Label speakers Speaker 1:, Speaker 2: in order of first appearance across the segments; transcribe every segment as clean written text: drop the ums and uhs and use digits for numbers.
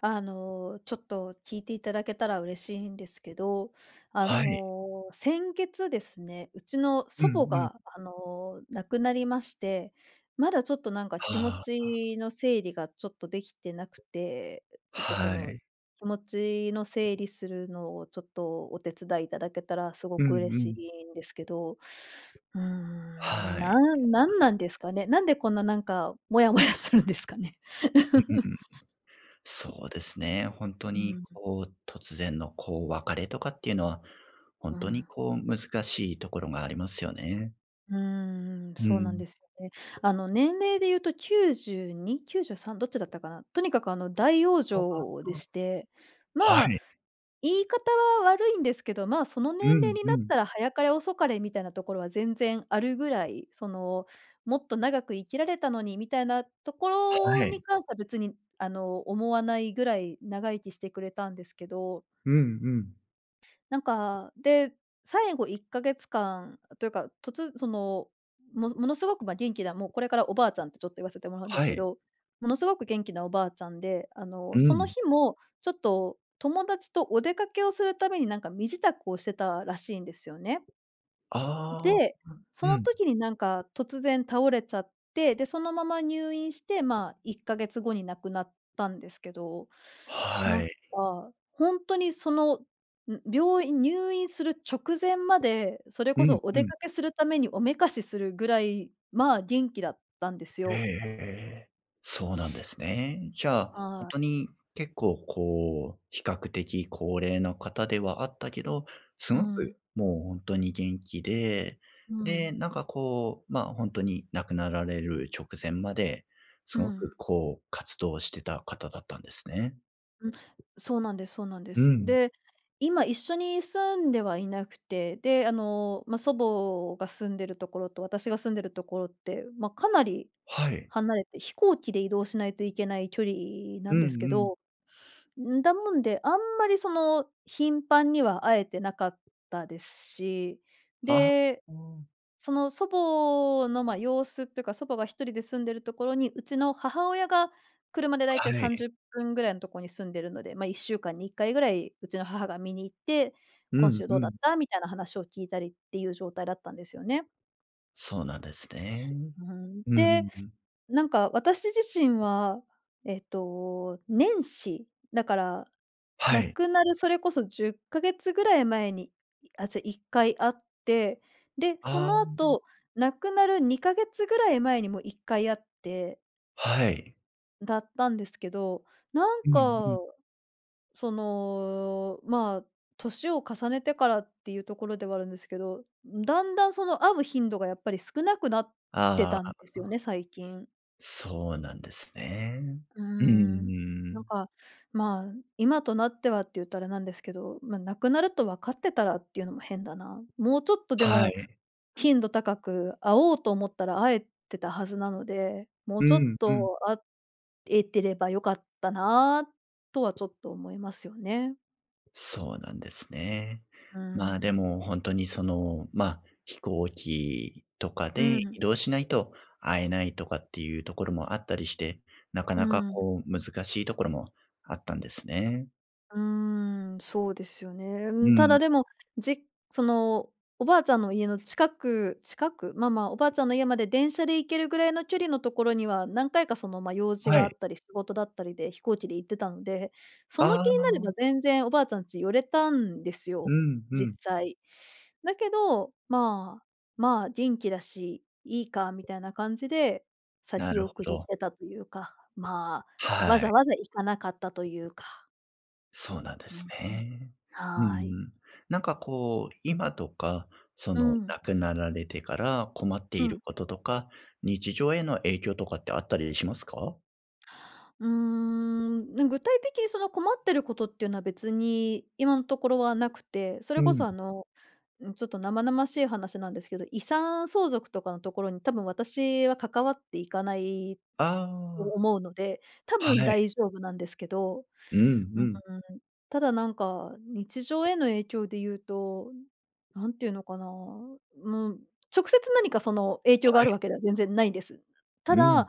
Speaker 1: ちょっと聞いていただけたら嬉しいんですけど、
Speaker 2: はい。
Speaker 1: 先月ですね、うちの
Speaker 2: う
Speaker 1: 祖母
Speaker 2: んうん。
Speaker 1: が、亡くなりまして、まだちょっとなんか気持
Speaker 2: ああ、
Speaker 1: ちの整理がちょっとできてなくて、ちょっとこ
Speaker 2: は
Speaker 1: の
Speaker 2: い。
Speaker 1: 気持ちの整理するのをちょっとお手伝いいただけたらすご
Speaker 2: うん
Speaker 1: く嬉
Speaker 2: う
Speaker 1: し
Speaker 2: ん。
Speaker 1: いんですけど、
Speaker 2: はい。
Speaker 1: なんなんですかね。なんでこんななんかモヤモヤするんですかね。
Speaker 2: うん。うん そうですね。ほんと
Speaker 1: う
Speaker 2: に
Speaker 1: ん、
Speaker 2: こう、突然のこう、別れとかっていうのは、ほ
Speaker 1: う
Speaker 2: んとに
Speaker 1: ん。
Speaker 2: こう、難しいところがありますよね。う
Speaker 1: そうなん
Speaker 2: ん。
Speaker 1: ですよね。年齢で言うと92、93、どっちだったかな。とにかく大往
Speaker 2: は
Speaker 1: 生で
Speaker 2: あ
Speaker 1: して、
Speaker 2: は
Speaker 1: まあ、
Speaker 2: い。
Speaker 1: 言い方は悪いんですけど、まあ、その
Speaker 2: う
Speaker 1: 年齢
Speaker 2: ん
Speaker 1: にな
Speaker 2: う
Speaker 1: っ
Speaker 2: ん。
Speaker 1: たら早かれ遅かれみたいなところは全然あるぐらい、その、もっと長く生きられたのにみたいなとこ
Speaker 2: は
Speaker 1: ろに
Speaker 2: い。
Speaker 1: 関しては別に、思わないぐらい長生きしてくれたんですけど、
Speaker 2: うんうん。
Speaker 1: なんか、で、最後1ヶ月間というか、その、ものすごく、ま、元気な、もうこれからおばあちゃんってちょっと言わせてもらうんです
Speaker 2: は
Speaker 1: け
Speaker 2: い。
Speaker 1: ど、ものすごく元気なおばあちゃんで、
Speaker 2: う
Speaker 1: その
Speaker 2: ん。
Speaker 1: 日もちょっと友達とお出かけをするために、なんか身支度をしてたらしいんですよね。
Speaker 2: ああ、
Speaker 1: で、そ
Speaker 2: う
Speaker 1: の
Speaker 2: ん。
Speaker 1: 時になんか突然倒れちゃって、で、そのまま入院して、まあ、1ヶ月後に亡くなったんですけど、な
Speaker 2: は
Speaker 1: んか、
Speaker 2: い。
Speaker 1: ほんとにその、病院入院する直前まで、それこ
Speaker 2: うん
Speaker 1: そお
Speaker 2: う
Speaker 1: 出
Speaker 2: ん。
Speaker 1: かけするためにおめかしするぐらい、まあ、元気だったんです
Speaker 2: え
Speaker 1: よ。
Speaker 2: えええそうなんですね。じゃあ、ほん
Speaker 1: は
Speaker 2: と
Speaker 1: い。
Speaker 2: に結構こう、比較的高齢の方ではあったけど、す
Speaker 1: う
Speaker 2: ご
Speaker 1: ん。
Speaker 2: くもうほんとに元気で、
Speaker 1: う
Speaker 2: で、
Speaker 1: ん。
Speaker 2: なんかこう、まあ、ほんとに亡くなられる直前まで、
Speaker 1: う
Speaker 2: すご
Speaker 1: ん。
Speaker 2: くこう活動してた方だったんですね。
Speaker 1: うん、そうなんですそうなんで
Speaker 2: う
Speaker 1: す。
Speaker 2: ん。
Speaker 1: で、今一緒に住んではいなくて、で、まあ、祖母が住んでるところと私が住んでるところって、まあ、かなり
Speaker 2: はい。
Speaker 1: 離れて、飛行機で移動しないといけない距離
Speaker 2: う
Speaker 1: なん
Speaker 2: んう
Speaker 1: ですけ
Speaker 2: ん。
Speaker 1: ど、んだもんで、あんまりその頻繁には会えてなかったですし、
Speaker 2: あ、
Speaker 1: で
Speaker 2: うん。
Speaker 1: その祖母の、ま、様子っていうか、祖母が一人で住んでるところに、うちの母親が車でだいたい
Speaker 2: は
Speaker 1: 30
Speaker 2: い。
Speaker 1: 分ぐらいのところに住んでるので、まあ、1週間に1回ぐらい、うちの母が見に行って、
Speaker 2: う
Speaker 1: 今
Speaker 2: ん
Speaker 1: 週ど
Speaker 2: う
Speaker 1: うだっ
Speaker 2: ん。
Speaker 1: たみたいな話を聞いたりっていう状態だったんですよね。
Speaker 2: そうなんですね。
Speaker 1: うん。
Speaker 2: うんう
Speaker 1: で、
Speaker 2: んうん。
Speaker 1: なんか私自身は、えっと、年始、だから
Speaker 2: は
Speaker 1: 亡
Speaker 2: い。
Speaker 1: くなるそれこそ10ヶ月ぐらい前に、あ、じゃ、1回会って、で、そ
Speaker 2: あ
Speaker 1: の
Speaker 2: あ、
Speaker 1: 後、亡くなる2ヶ月ぐらい前にも1回会って、
Speaker 2: はい。
Speaker 1: だったんですけど、なん
Speaker 2: うんうん。
Speaker 1: か、その、まあ、年を重ねてからっていうところではあるんですけど、だんだんその会う頻度がやっぱり少なくなって
Speaker 2: あ
Speaker 1: たんで
Speaker 2: あ、
Speaker 1: すよね、最近。
Speaker 2: そうなんですね。
Speaker 1: うー
Speaker 2: うんう
Speaker 1: ん。な
Speaker 2: ん。
Speaker 1: んか、まあ、今となってはって言ったらなんですけど、まあ、なくなると分かってたらっていうのも変だな。もうちょっとで
Speaker 2: は
Speaker 1: も、
Speaker 2: い。
Speaker 1: 頻度高く会おうと思ったら会えてたはずなので、もう
Speaker 2: う
Speaker 1: ちょっ
Speaker 2: んうん。
Speaker 1: と会えてればよかったなとはちょっと思いますよね。
Speaker 2: そうなんですね。
Speaker 1: う
Speaker 2: まあ、で
Speaker 1: ん。
Speaker 2: も本当にその、まあ、飛行機とか
Speaker 1: う
Speaker 2: で
Speaker 1: ん、
Speaker 2: 移動しないと会えないとかっていうところもあったりして、なか
Speaker 1: う
Speaker 2: なか
Speaker 1: ん。
Speaker 2: こう難しいところもあったんですね。
Speaker 1: そうですよね。う
Speaker 2: う
Speaker 1: ん、ただ
Speaker 2: ん。
Speaker 1: でも、その、おばあちゃんの家の近く、まあまあ、おばあちゃんの家まで電車で行けるぐらいの距離のところには、何回かその、まあ、用事
Speaker 2: は
Speaker 1: があ
Speaker 2: い。
Speaker 1: ったり、仕事だったりで飛行機で行ってたので、その
Speaker 2: あ
Speaker 1: 気になれば
Speaker 2: あ。
Speaker 1: 全然おばあちゃんち寄れたんです
Speaker 2: う
Speaker 1: よ、
Speaker 2: んう
Speaker 1: 実
Speaker 2: ん。
Speaker 1: 際。だけど、まあ、まあ、元気だし、いいかみたいな感じで、
Speaker 2: な
Speaker 1: 先
Speaker 2: るほ
Speaker 1: 送りし
Speaker 2: ど。
Speaker 1: てたというか、まあ、わ
Speaker 2: は
Speaker 1: ざ
Speaker 2: い。
Speaker 1: わざ行かなかったというか。
Speaker 2: そうなんで
Speaker 1: う
Speaker 2: す
Speaker 1: ん。
Speaker 2: ね。う
Speaker 1: はーい。
Speaker 2: んなんかこう、今とか、そ
Speaker 1: う
Speaker 2: の
Speaker 1: ん、
Speaker 2: 亡くなられてから困って
Speaker 1: う
Speaker 2: いる
Speaker 1: ん。
Speaker 2: こととか、日常への影響とかってあったりしますか？
Speaker 1: ね、具体的にその困ってることっていうのは別に今のところはなくて、そ
Speaker 2: う
Speaker 1: れこそ
Speaker 2: ん。
Speaker 1: あの、うん、ちょっと生々しい話なんですけど、遺産相続とかのところに多分私は関わっていかないと
Speaker 2: ああ、
Speaker 1: 思うので、多分
Speaker 2: はい。
Speaker 1: 大丈夫なんですけど、
Speaker 2: うん
Speaker 1: う
Speaker 2: う
Speaker 1: ん、
Speaker 2: ん。
Speaker 1: ただなんか日常への影響で言うと、何ていうのかな、もう直接何かその影響があ
Speaker 2: は
Speaker 1: るわ
Speaker 2: い。
Speaker 1: けでは全然ないんです。た
Speaker 2: うん。
Speaker 1: だ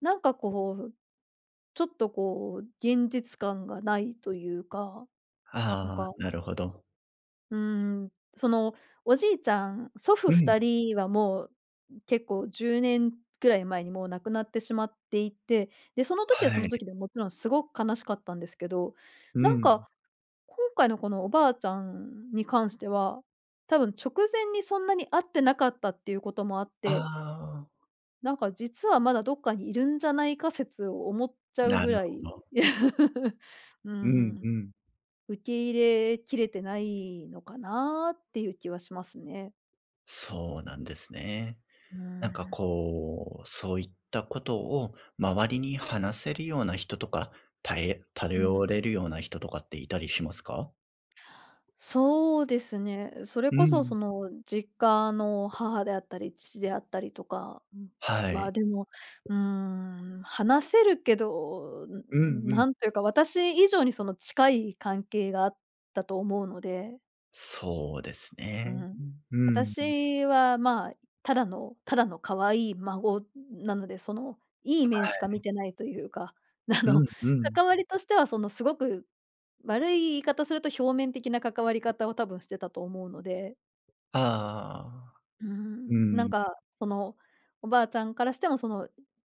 Speaker 1: なんかこう、ちょっとこう、現実感がないというか、なん
Speaker 2: ああ、
Speaker 1: か、
Speaker 2: なるほど。
Speaker 1: うーその、おじいちゃん、祖父
Speaker 2: うん。
Speaker 1: 2人はもう結構10年ぐらい前にもう亡くなってしまっていて、で、その時はそ
Speaker 2: は
Speaker 1: の
Speaker 2: い。
Speaker 1: 時でもちろんすごく悲しかったんですけど、
Speaker 2: う
Speaker 1: なん
Speaker 2: ん。
Speaker 1: か、今回のこのおばあちゃんに関しては、多分直前にそんなに会ってなかったっていうこともあっ
Speaker 2: あ
Speaker 1: て、
Speaker 2: あ、
Speaker 1: なんか実はまだどっかにいるんじゃないか説を思っちゃう
Speaker 2: な
Speaker 1: ぐ
Speaker 2: る
Speaker 1: ら
Speaker 2: ほ
Speaker 1: い
Speaker 2: ど。
Speaker 1: うん、う
Speaker 2: うんう
Speaker 1: ん。
Speaker 2: ん。
Speaker 1: 受け入れきれてないのかなっていう気はしますね。
Speaker 2: そうなんですね。
Speaker 1: う
Speaker 2: なんか
Speaker 1: ん。
Speaker 2: こう、そういったことを周りに話せるような人とか、たえ
Speaker 1: う
Speaker 2: 頼
Speaker 1: ん。
Speaker 2: れるような人とかっていたりしますか？
Speaker 1: そうですね。それ
Speaker 2: う
Speaker 1: こそそ
Speaker 2: ん。
Speaker 1: の実家の母であったり、父であったりとか、
Speaker 2: は
Speaker 1: は、
Speaker 2: い。
Speaker 1: でも、うん、話せるけど、
Speaker 2: うんうん。
Speaker 1: なんというか、私以上にその近い関係があったと思うので、
Speaker 2: そうです
Speaker 1: う
Speaker 2: ね。
Speaker 1: ん。
Speaker 2: うん、
Speaker 1: 私は、まあ、ただの可愛い孫なので、その、いい面しか見てないというか、あ
Speaker 2: う
Speaker 1: の、
Speaker 2: んうん。
Speaker 1: 関わりとしては、その、すごく悪い言い方すると表面的な関わり方を多分してたと思うので、
Speaker 2: ああ。う
Speaker 1: なん
Speaker 2: ん。
Speaker 1: か、その、おばあちゃんからしても、その、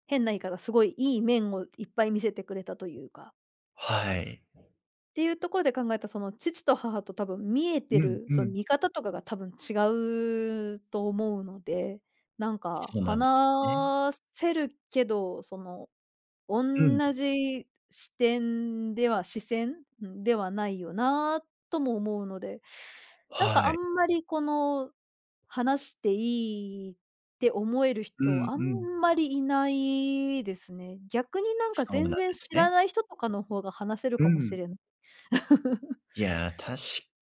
Speaker 1: 変な言い方、すごいいい面をいっぱい見せてくれたというか。
Speaker 2: はい。
Speaker 1: ていうところで考えたその父と母と多分見えて
Speaker 2: うん
Speaker 1: る
Speaker 2: う
Speaker 1: その
Speaker 2: ん。
Speaker 1: 見方とかが多分違うと思うので、なんか
Speaker 2: そうなんですね。
Speaker 1: 話せるけど、その
Speaker 2: うん。
Speaker 1: 同じ視点では視線、うん、ではないよなとも思うので、なん
Speaker 2: は
Speaker 1: かあん
Speaker 2: い。
Speaker 1: まりこの話していいって思える
Speaker 2: う
Speaker 1: 人
Speaker 2: ん
Speaker 1: あん
Speaker 2: うん。
Speaker 1: まりいないですね。逆になんか
Speaker 2: そうなん
Speaker 1: 全
Speaker 2: で
Speaker 1: 然
Speaker 2: す
Speaker 1: 知ら
Speaker 2: ね。
Speaker 1: ない人とかの方が話せる
Speaker 2: う
Speaker 1: かもし
Speaker 2: ん。
Speaker 1: れない。
Speaker 2: いや、確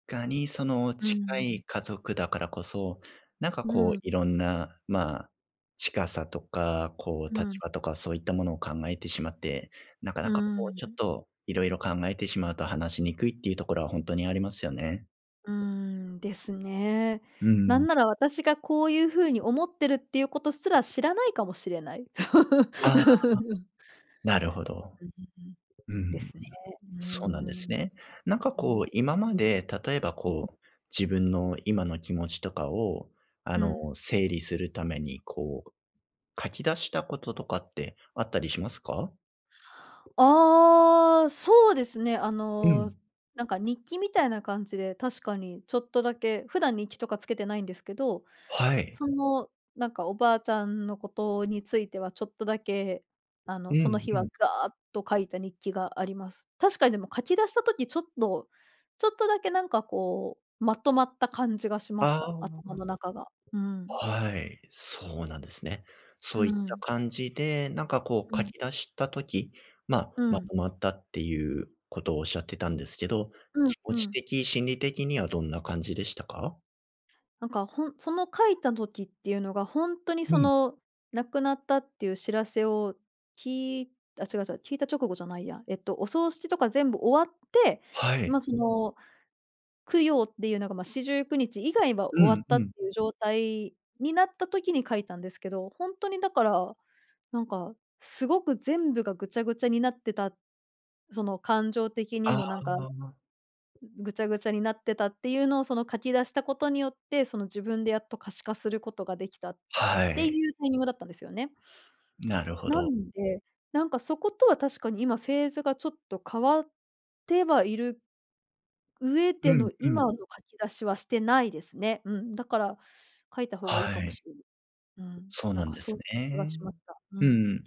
Speaker 2: かにその
Speaker 1: う
Speaker 2: 近
Speaker 1: ん。
Speaker 2: い家族だからこそ、なんか
Speaker 1: う
Speaker 2: こう
Speaker 1: ん。
Speaker 2: いろんな、まあ、近さとか、こう
Speaker 1: う
Speaker 2: 立
Speaker 1: ん。
Speaker 2: 場とかそういったものを考えてしまって、なか
Speaker 1: う
Speaker 2: なかこう
Speaker 1: ん。
Speaker 2: ちょっといろいろ考えてしまうと話しにくいっていうところは本当にありますよね。
Speaker 1: うん、ですね。
Speaker 2: う
Speaker 1: なん
Speaker 2: ん。
Speaker 1: なら私がこういう風に思ってるっていうことすら知らないかもしれない。
Speaker 2: ああ、なるほど。
Speaker 1: うん。
Speaker 2: う
Speaker 1: で
Speaker 2: ん。
Speaker 1: すね。う
Speaker 2: そうなんです
Speaker 1: ん。
Speaker 2: ね。なんか
Speaker 1: うん。
Speaker 2: こう今まで、例えばこう、自分の今の気持ちとかを、あ
Speaker 1: う
Speaker 2: の、
Speaker 1: ん。
Speaker 2: 整理するためにこう書き出したこととかってあったりしますか？
Speaker 1: ああ、そうですね。
Speaker 2: うん。
Speaker 1: なんか日記みたいな感じで、確かにちょっとだけ、普段日記とかつけてないんですけど、
Speaker 2: はい。
Speaker 1: その、なんかおばあちゃんのことについてはちょっとだけ、
Speaker 2: う
Speaker 1: その
Speaker 2: ん
Speaker 1: 日
Speaker 2: う
Speaker 1: は
Speaker 2: ん。
Speaker 1: ガーッと書いた日記があります。確かにでも書き出した時ちょっと、ちょっとだけなんかこう、まとまった感じがしまし
Speaker 2: あ
Speaker 1: た、頭
Speaker 2: あ、
Speaker 1: の中が。うん。
Speaker 2: はい、そうなんですね。
Speaker 1: う
Speaker 2: そういった
Speaker 1: ん。
Speaker 2: 感じで、なんかこ
Speaker 1: う
Speaker 2: う書
Speaker 1: ん。
Speaker 2: き出した時、まあ、
Speaker 1: う
Speaker 2: ま
Speaker 1: ん。
Speaker 2: とまったっていうことをおっしゃってたんですけど、
Speaker 1: うん
Speaker 2: 気持
Speaker 1: う
Speaker 2: ち
Speaker 1: ん。
Speaker 2: 的、心理的にはどんな感じでしたか？
Speaker 1: なんかその書いた時っていうのがほんとに
Speaker 2: う
Speaker 1: そ
Speaker 2: ん。
Speaker 1: の、亡くなったっていう知らせを聞いあ、違う違う、聞いた直後じゃないや。えっと、お葬式とか全部終わって、
Speaker 2: はい。
Speaker 1: ま、その供養っていうのが、まあ、49日以外は
Speaker 2: う
Speaker 1: 終わ
Speaker 2: ん
Speaker 1: ったっ
Speaker 2: う
Speaker 1: て
Speaker 2: ん。
Speaker 1: いう状態になった時に書いたんですけど、ほんとにだから、なんか、すごく全部がぐちゃぐちゃになってた、その感情的に
Speaker 2: あ
Speaker 1: もなんか、
Speaker 2: あ、
Speaker 1: ぐちゃぐちゃになってたっていうのを、その書き出したことによって、その自分でやっと可視化することができたっ
Speaker 2: は
Speaker 1: てい
Speaker 2: い、
Speaker 1: うタイミングだったんですよね。
Speaker 2: なるほ
Speaker 1: な
Speaker 2: ど。
Speaker 1: んで、なんかそことは確かに今フェーズがちょっと変わってはいる上
Speaker 2: う
Speaker 1: で
Speaker 2: ん
Speaker 1: の
Speaker 2: うん。
Speaker 1: 今の書き出しはしてないですね。うん、だから書いた方が
Speaker 2: は
Speaker 1: いいかも
Speaker 2: い、
Speaker 1: しれない。うん、
Speaker 2: そう
Speaker 1: なん
Speaker 2: なん
Speaker 1: か
Speaker 2: で
Speaker 1: そ
Speaker 2: す
Speaker 1: ういう気が
Speaker 2: ね。
Speaker 1: しました。う
Speaker 2: う
Speaker 1: ん。
Speaker 2: ん。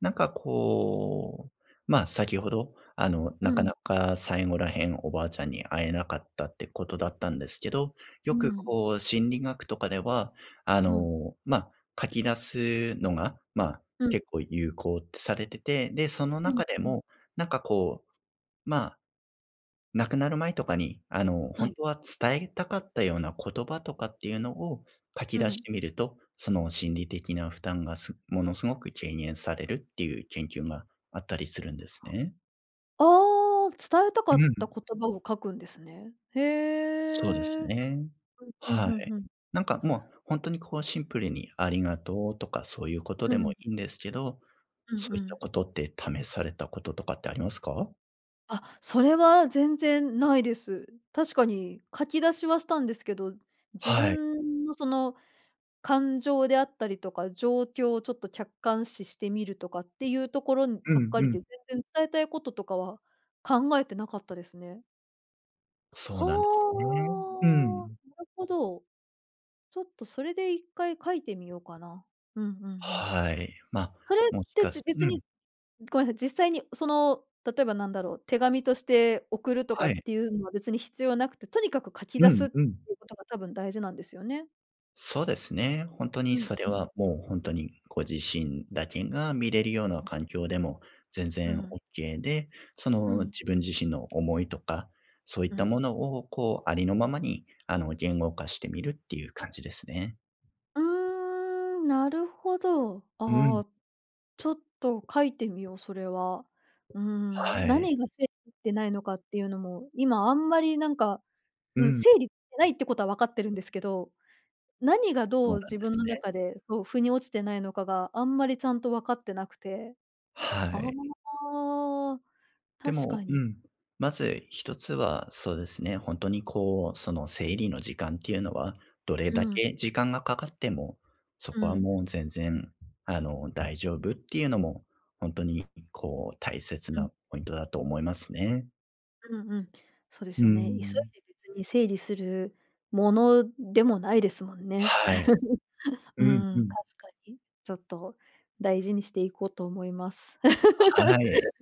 Speaker 2: なんかこう、まあ、先ほど、あの、
Speaker 1: う
Speaker 2: なか
Speaker 1: ん、
Speaker 2: なか最後らへんおばあちゃんに会えなかったってことだったんですけど、よ
Speaker 1: う
Speaker 2: く
Speaker 1: ん、
Speaker 2: こう心理学とかでは、あ
Speaker 1: うん、うん、
Speaker 2: の、ま、書き出すのが、ま、結構有効ってされてて、で、その
Speaker 1: うん、
Speaker 2: 中で
Speaker 1: うん。
Speaker 2: も、なんかこう、まあ亡くなる前とかに、あの、
Speaker 1: は
Speaker 2: 本
Speaker 1: い。
Speaker 2: 当は伝えたかったような言葉とかっていうのを書き
Speaker 1: う
Speaker 2: 出し
Speaker 1: ん。
Speaker 2: てみると、その心理的な負担がものすごく軽減されるっていう研究があったりするんですね。
Speaker 1: ああ、伝えたか
Speaker 2: う
Speaker 1: った
Speaker 2: ん。
Speaker 1: 言葉を書くんですね。へ
Speaker 2: そうです
Speaker 1: え。
Speaker 2: ね。
Speaker 1: うん、
Speaker 2: は
Speaker 1: うん
Speaker 2: い。
Speaker 1: うん。
Speaker 2: なんかもう本当にこうシンプルにありがとうとかそういうこと
Speaker 1: う
Speaker 2: でも
Speaker 1: ん、
Speaker 2: いいんですけど、
Speaker 1: う
Speaker 2: そ
Speaker 1: ん
Speaker 2: う
Speaker 1: う
Speaker 2: いった
Speaker 1: ん。
Speaker 2: ことって試されたこととかってありますか？
Speaker 1: あ、それは全然ないです。確かに書き出しはしたんですけど、自
Speaker 2: はい。
Speaker 1: 分のその感情であったりとか、状況をちょっと客観視してみるとかっていうところに
Speaker 2: う
Speaker 1: ばっ
Speaker 2: ん
Speaker 1: か
Speaker 2: う
Speaker 1: り
Speaker 2: ん。
Speaker 1: で、全然伝えたいこととかは考えてなかったですね。
Speaker 2: そうなんですね。
Speaker 1: は
Speaker 2: う
Speaker 1: あ、
Speaker 2: ん。
Speaker 1: なるほど。ちょっとそれで一回書いてみようかな。うんうんうん。
Speaker 2: はい。まあ、
Speaker 1: それっ
Speaker 2: もし
Speaker 1: て、
Speaker 2: かすう
Speaker 1: 別に
Speaker 2: ん、
Speaker 1: ごめんなさい、実際にその、例えばなんだろう、手紙として送るとか
Speaker 2: は
Speaker 1: っ
Speaker 2: い。
Speaker 1: ていうのは別に必要なくて、とにかく書き
Speaker 2: う
Speaker 1: 出
Speaker 2: ん
Speaker 1: すって
Speaker 2: うん。
Speaker 1: いうことが多分大事なんですよね。
Speaker 2: そうですね。本当
Speaker 1: う
Speaker 2: に
Speaker 1: ん
Speaker 2: それ
Speaker 1: うん。
Speaker 2: はもう本当にご自身だけが見れるような環境でも全
Speaker 1: う
Speaker 2: 然
Speaker 1: ん。
Speaker 2: オッケーで、そ
Speaker 1: う
Speaker 2: の
Speaker 1: ん。
Speaker 2: 自分自身の思いとか、そうい
Speaker 1: う
Speaker 2: った
Speaker 1: ん。
Speaker 2: ものをこうありのままにあの言語化してみるっていう感じですね。
Speaker 1: なるほど。
Speaker 2: う
Speaker 1: あ
Speaker 2: ん。
Speaker 1: あ、ちょっと書いてみよう、それは。
Speaker 2: はい。
Speaker 1: 何が整理ってないのかっていうのも、今あんまりなんか、
Speaker 2: う
Speaker 1: うん、
Speaker 2: ん、
Speaker 1: 整理してないってことは分かってるんですけど、何が
Speaker 2: そう
Speaker 1: ど
Speaker 2: な
Speaker 1: う
Speaker 2: ん
Speaker 1: 自
Speaker 2: で
Speaker 1: 分
Speaker 2: す
Speaker 1: の
Speaker 2: ね。
Speaker 1: 中で、そう、腑に落ちてないのかがあんまりちゃんと分かってなくて。あ
Speaker 2: はい。
Speaker 1: あ、
Speaker 2: で
Speaker 1: 確か
Speaker 2: も、う
Speaker 1: に。
Speaker 2: ん。まず一つは、そうですね、本当にこう、その整理の時間っていうのは、どれ
Speaker 1: う
Speaker 2: だ
Speaker 1: ん、
Speaker 2: け時間がかかっても、そ
Speaker 1: う
Speaker 2: こは
Speaker 1: ん、
Speaker 2: もう全然、あの、大丈夫っていうのも、本当にこう、大切
Speaker 1: うん、
Speaker 2: なポイントだと思いますね。
Speaker 1: うんうん。そうです
Speaker 2: う
Speaker 1: よね。急い
Speaker 2: ん。
Speaker 1: で別に整理するものでもないですもんね。
Speaker 2: はい。
Speaker 1: う
Speaker 2: うんう
Speaker 1: ん、
Speaker 2: ん。
Speaker 1: 確かに。ちょっと大事にしていこうと思います。
Speaker 2: はい。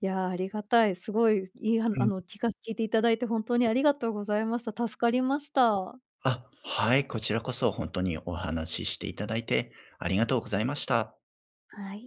Speaker 1: いや、ありがたい。すごい、いい、
Speaker 2: うん。
Speaker 1: 聞いていただいて本当にありがとうございました。助かりました。
Speaker 2: あ、はい、こちらこそ本当にお話ししていただいて、ありがとうございました。
Speaker 1: はい。